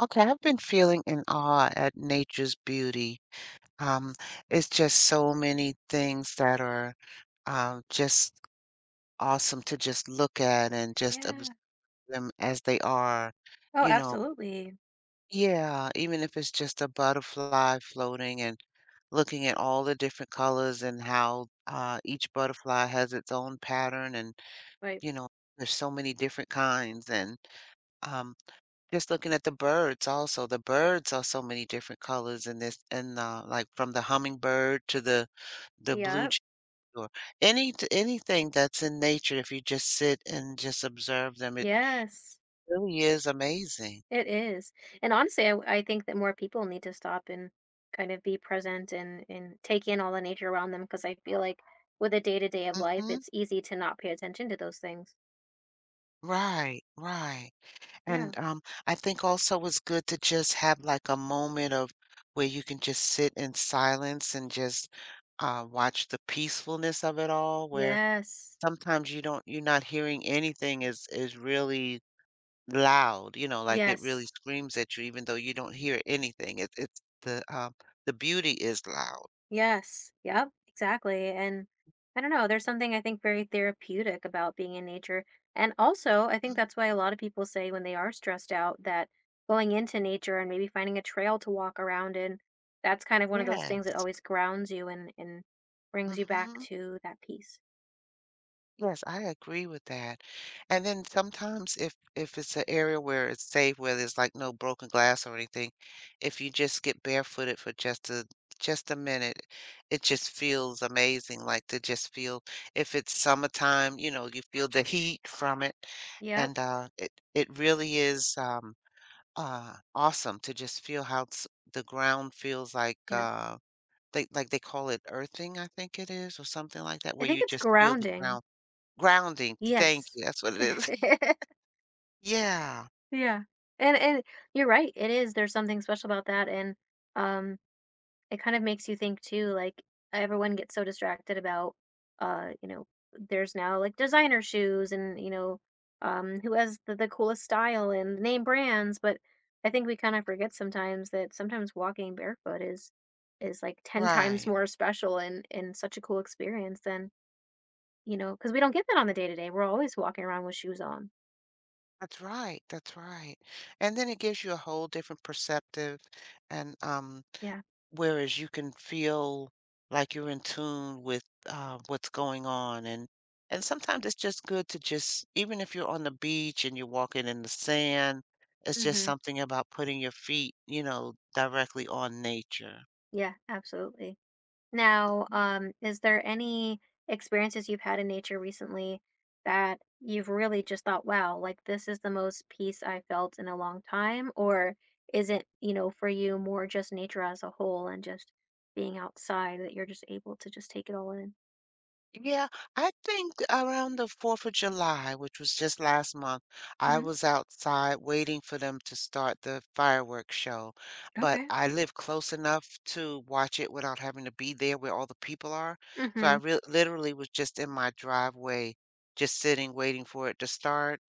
Okay, I've been feeling in awe at nature's beauty. Um, it's just so many things that are just awesome to just look at and just observe Yeah. them as they are. Oh, You know, absolutely. yeah, even if it's just a butterfly floating and looking at all the different colors and how each butterfly has its own pattern and, Right. you know, there's so many different kinds and um, just looking at the birds also, the birds are so many different colors in this and, like, from the hummingbird to the blue Yeah. jay or anything that's in nature, if you just sit and just observe them, it Yes. really is amazing. It is. And honestly, I think that more people need to stop and kind of be present and take in all the nature around them because I feel like with the day to day of life, Mhm. it's easy to not pay attention to those things. Right, right, Yeah. and, I think also it's good to just have, like, a moment of where you can just sit in silence and just, watch the peacefulness of it all, where Yes. sometimes you're not hearing anything is really loud, you know, like it really Yes. screams at you even though you don't hear anything. It's the beauty is loud. Yes. Yep. Exactly. And I don't know, there's something I think very therapeutic about being in nature. And also, I think Mm, that's why a lot of people say when they are stressed out that going into nature and maybe finding a trail to walk around in, that's kind of one of those things that yes. always grounds you and brings you back Hmm. to that peace. Yes, I agree with that. And then sometimes if it's an area where it's safe, where there's like no broken glass or anything, if you just get barefooted for just a minute, it just feels amazing. Like to just feel if it's summertime, you know, you feel the heat from it. Yep. And it really is ah, awesome to just feel how s the ground feels like, Yep. They like, they call it earthing, I think it is, or something like that, I where think you it's just feel the grounding. ground grounding, thank Yes. you, that's what it is. Yeah, Yeah. And you're right. It is. There's something special about that, and um it kind of makes you think too, like, everyone gets so distracted about, uh you know there's now like designer shoes, and who has the coolest style and name brands. But I think we kind of forget sometimes that sometimes walking barefoot is like 10 times right. more special and such a cool experience than, because we don't get that on the day to day, we're always walking around with shoes on. That's right, that's right. And then it gives you a whole different perceptive and, Yeah. whereas you can feel like you're in tune with, what's going on, and sometimes it's just good to just even if you're on the beach and you're walking in the sand, it's just Hmm. something about putting your feet, you know, directly on nature. Yeah, absolutely. Now, is there any experiences you've had in nature recently that you've really just thought, wow, like this is the most peace I felt in a long time? Or is it, for you more just nature as a whole and just being outside that you're just able to just take it all in? Yeah, I think around the 4th of July, which was just last month, I Hmm. was outside waiting for them to start the fireworks show. But Okay. I live close enough to watch it without having to be there where all the people are. So I Hmm. re literally was just in my driveway, just sitting, waiting for it to start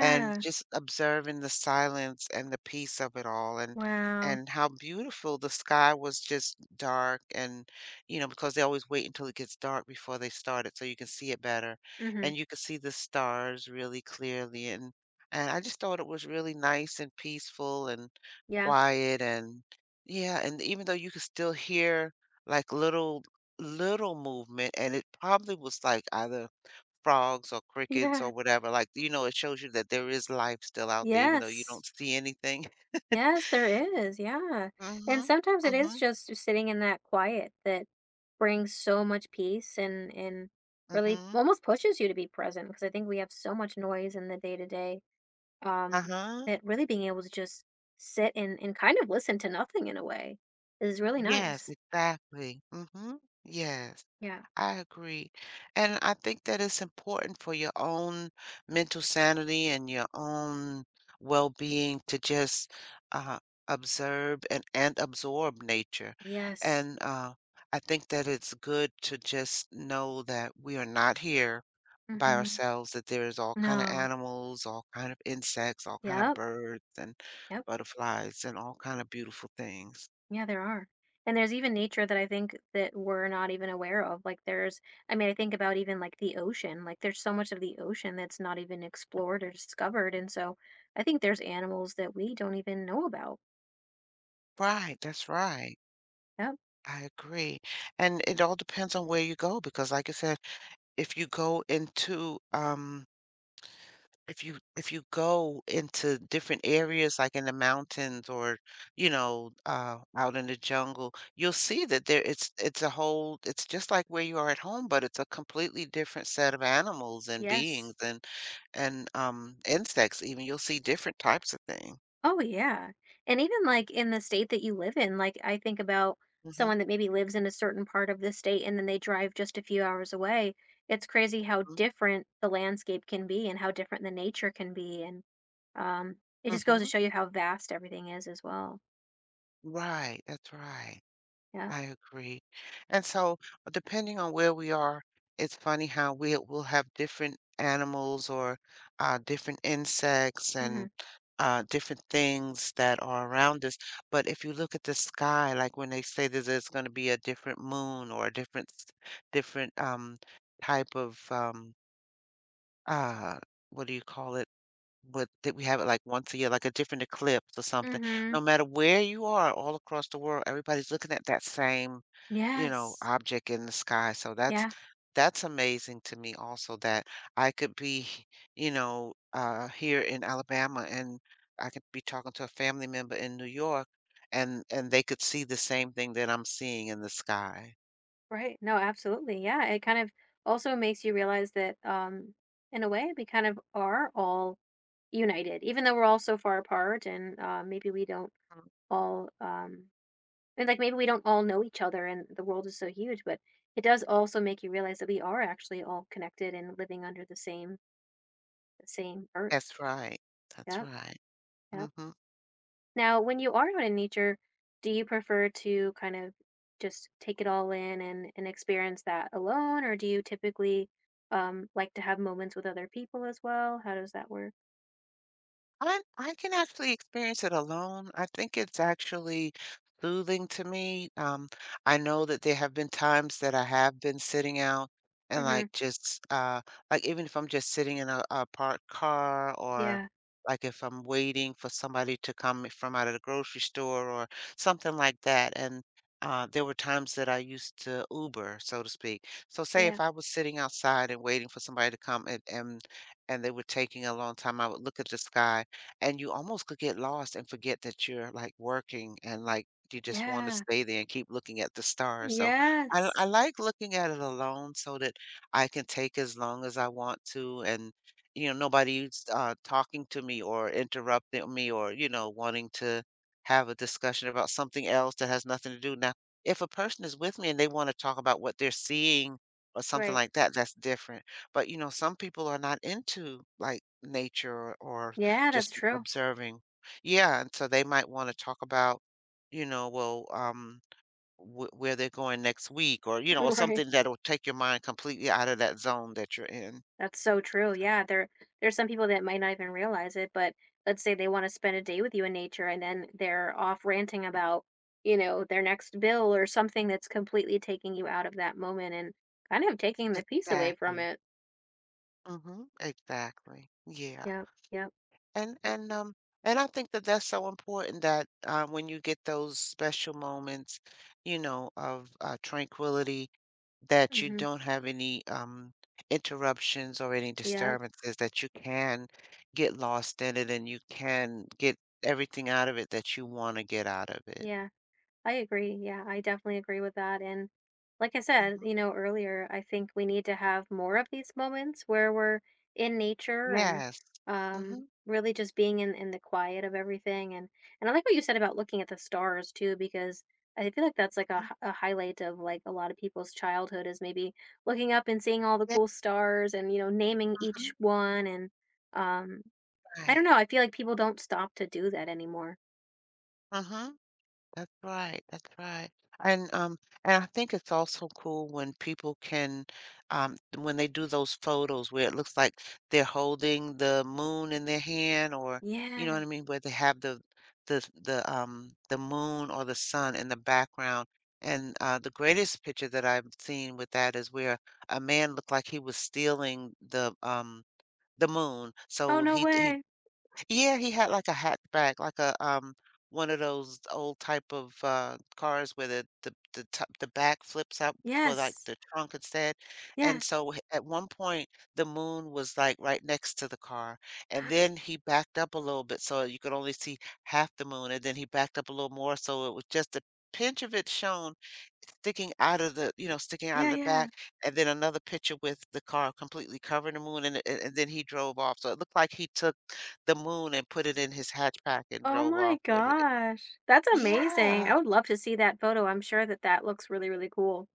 and just observing the silence and the peace of it all Wow. and how beautiful the sky was just dark and you know, because they always wait until it gets dark before they start it so you can see it better. Hmm. And you can see the stars really clearly and I just thought it was really nice and peaceful and Yeah. quiet and yeah, and even though you could still hear like little movement and it probably was like either frogs or crickets Yeah. or whatever, like, you know, it shows you that there is life still out there even though you Yes. don't see anything. Yes, there is, yeah, and Mhm. sometimes it is Mhm. just sitting in that quiet that brings so much peace and really Mhm. almost pushes you to be present because I think we have so much noise in the day to day, um, Uh-huh. that really being able to just sit and kind of listen to nothing in a way is really Yes, nice. exactly. Mhm. Yes, Yeah. I agree. And I think that it's important for your own mental sanity and your own well-being to just uh, observe and absorb nature. Yes. And I think that it's good to just know that we are not here by Mhm. ourselves, that there's all kind of No. animals, all kind of insects, all kind of Yep. birds and Yep. butterflies and all kind of beautiful things. Yeah, there are. And there's even nature that I think that we're not even aware of. Like there's I mean, I think about even like the ocean. Like there's so much of the ocean that's not even explored or discovered. And so I think there's animals that we don't even know about. Right, that's right. Yep. I agree. And it all depends on where you go because like I said, if you go into if you go into different areas like in the mountains or you know out in the jungle, you'll see that there it's a whole it's just like where you are at home, but it's a completely different set of animals and Yes. beings and insects even. You'll see different types of things. Oh yeah. And even like in the state that you live in, like I think about Hmm. someone that maybe lives in a certain part of the state and then they drive just a few hours away. It's crazy how different the landscape can be and how different the nature can be. And um it just goes to Hmm. show you how vast everything is as well. Right, that's right. Yeah. I agree. And so, depending on where we are, it's funny how we will have different animals or different insects Mm-hmm. and different things that are around us. But if you look at the sky, like when they say that there's going to be a different moon or a different, different type of uh, what do you call it? But that we have it like once a year, like a different eclipse or something. Mm-hmm. No matter where you are all across the world, everybody's looking at that same, you know, Yes. object in the sky. So Yeah. that's amazing to me also that I could be, you know, here in Alabama and I could be talking to a family member in New York and they could see the same thing that I'm seeing in the sky. Right. No, absolutely. Yeah. It kind of also makes you realize that, in a way, we kind of are all united, even though we're all so far apart and maybe we don't Mm, all, and like maybe we don't all know each other and the world is so huge, but it does also make you realize that we are actually all connected and living under the same earth. that's right. That's Yeah. right. Yeah. Hmm. Now, when you are out in nature, do you prefer to kind of just take it all in and experience that alone, or do you typically like to have moments with other people as well? How does that work? I can actually experience it alone. I think it's actually soothing to me. I know that there have been times that I have been sitting out and like Hmm. just like even if I'm just sitting in a parked car or Yeah, like if I'm waiting for somebody to come from out of the grocery store or something like that. And there were times that I used to Uber, so to speak. So say yeah, if I was sitting outside and waiting for somebody to come and they were taking a long time, I would look at the sky and you almost could get lost and forget that you're, like, working and, like, you just wanna yeah, stay there and keep looking at the stars, so I yes, like looking at it alone so that I can take as long as I want to and, you know, nobody's, talking to me or interrupting me or, you know, wanting to have a discussion about something else that has nothing to do now, if a person is with me and they wanna talk about what they're seeing or something right. like that, that's different, but, you know, some people are not into, like, nature or Yeah, that's just true. observing. Yeah, and so they might wanna talk about, you know, well, wh where they're going next week or, you know, or Right. something that'll take your mind completely out of that zone that you're in. That's so true. So Yeah, there's some people that might not even realize it, but let's say they want to spend a day with you in nature and then they're off ranting about, their next bill or something that's completely taking you out of that moment and kind of taking the peace away from exactly. it. Mhm, exactly. Yeah. Yep, yep. And and, um, and I think that that's so important that, when you get those special moments, you know, of, tranquility, that you Mhm. don't have any, interruptions or any Yep. disturbances, that you can get lost in it and you can get everything out of it that you wanna get out of it. Yeah. I agree. Yeah, I definitely agree with that. And like I said, Mhm. Earlier, I think we need to have more of these moments where we're in nature and Yes. Mhm, really just being in the quiet of everything. And I like what you said about looking at the stars too, because I feel like that's like a, mm, hi- a highlight of like a lot of people's childhood is maybe looking up and seeing all the yeah, cool stars and naming mhm, each one and um I right. don't know, I feel like people don't stop to do that anymore. Mhm. That's right, that's right. And um and I think it's also cool when people can when they do those photos where it looks like they're holding the moon in their hand or you know Yeah. what I mean, where they have the the moon or the sun in the background. And the greatest picture that I've seen with that is where a man looked like he was stealing the moon. Oh So no he way. yeah, he had like a hatchback, like a one of those old type of cars where the top, the back flips out for like Yes. the trunk instead. Yeah. And so at one point the moon was like right next to the car. And then he backed up a little bit so you could only see half the moon. And then he backed up a little more so it was just a pinch of it shown sticking out of the sticking out of Yeah, the yeah. back and then another picture with the car completely covering the moon and then he drove off so it looked like he took the moon and put it in his hatchback and Oh drove my off with it. gosh. That's amazing. Yeah, I would love to see that photo. I'm sure that that looks really, really cool.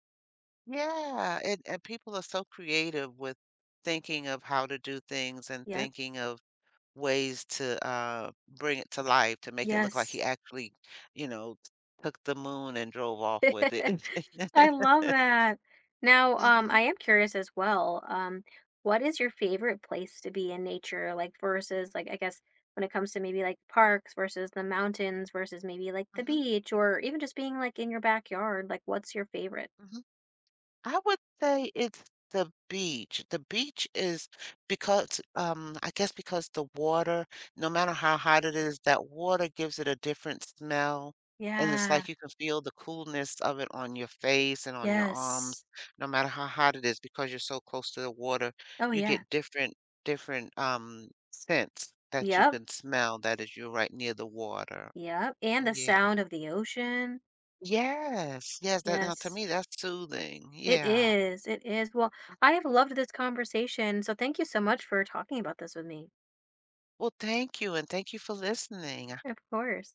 yeah, and people are so creative with thinking of how to do things and Yep. thinking of ways to, bring it to life to make it look like he Yes. actually, you know, took the moon and drove off with it. I love that. Now, I Mhm, am curious as well. What is your favorite place to be in nature? Like versus like I guess when it comes to maybe like parks versus the mountains versus maybe like the mhm, beach or even just being like in your backyard, like what's your favorite? mhm. I would say it's the beach. The beach is because, I guess because the water, no matter how hot it is, that water gives it a different smell. And it's Yeah. like you can feel the coolness of it on your face and on your arms, Yes. no matter how hot it is, because you're so close to the water, Oh you yeah. get different scents that you Yep. can smell that is you're right near the water. Yep, and the Yeah. sound of the ocean. Yes. Yes, that now to Yes, me that's soothing. it Yeah. is. It is. Well, I have loved this conversation, so thank you so much for talking about this with me. Well, thank you, and thank you for listening. Of course.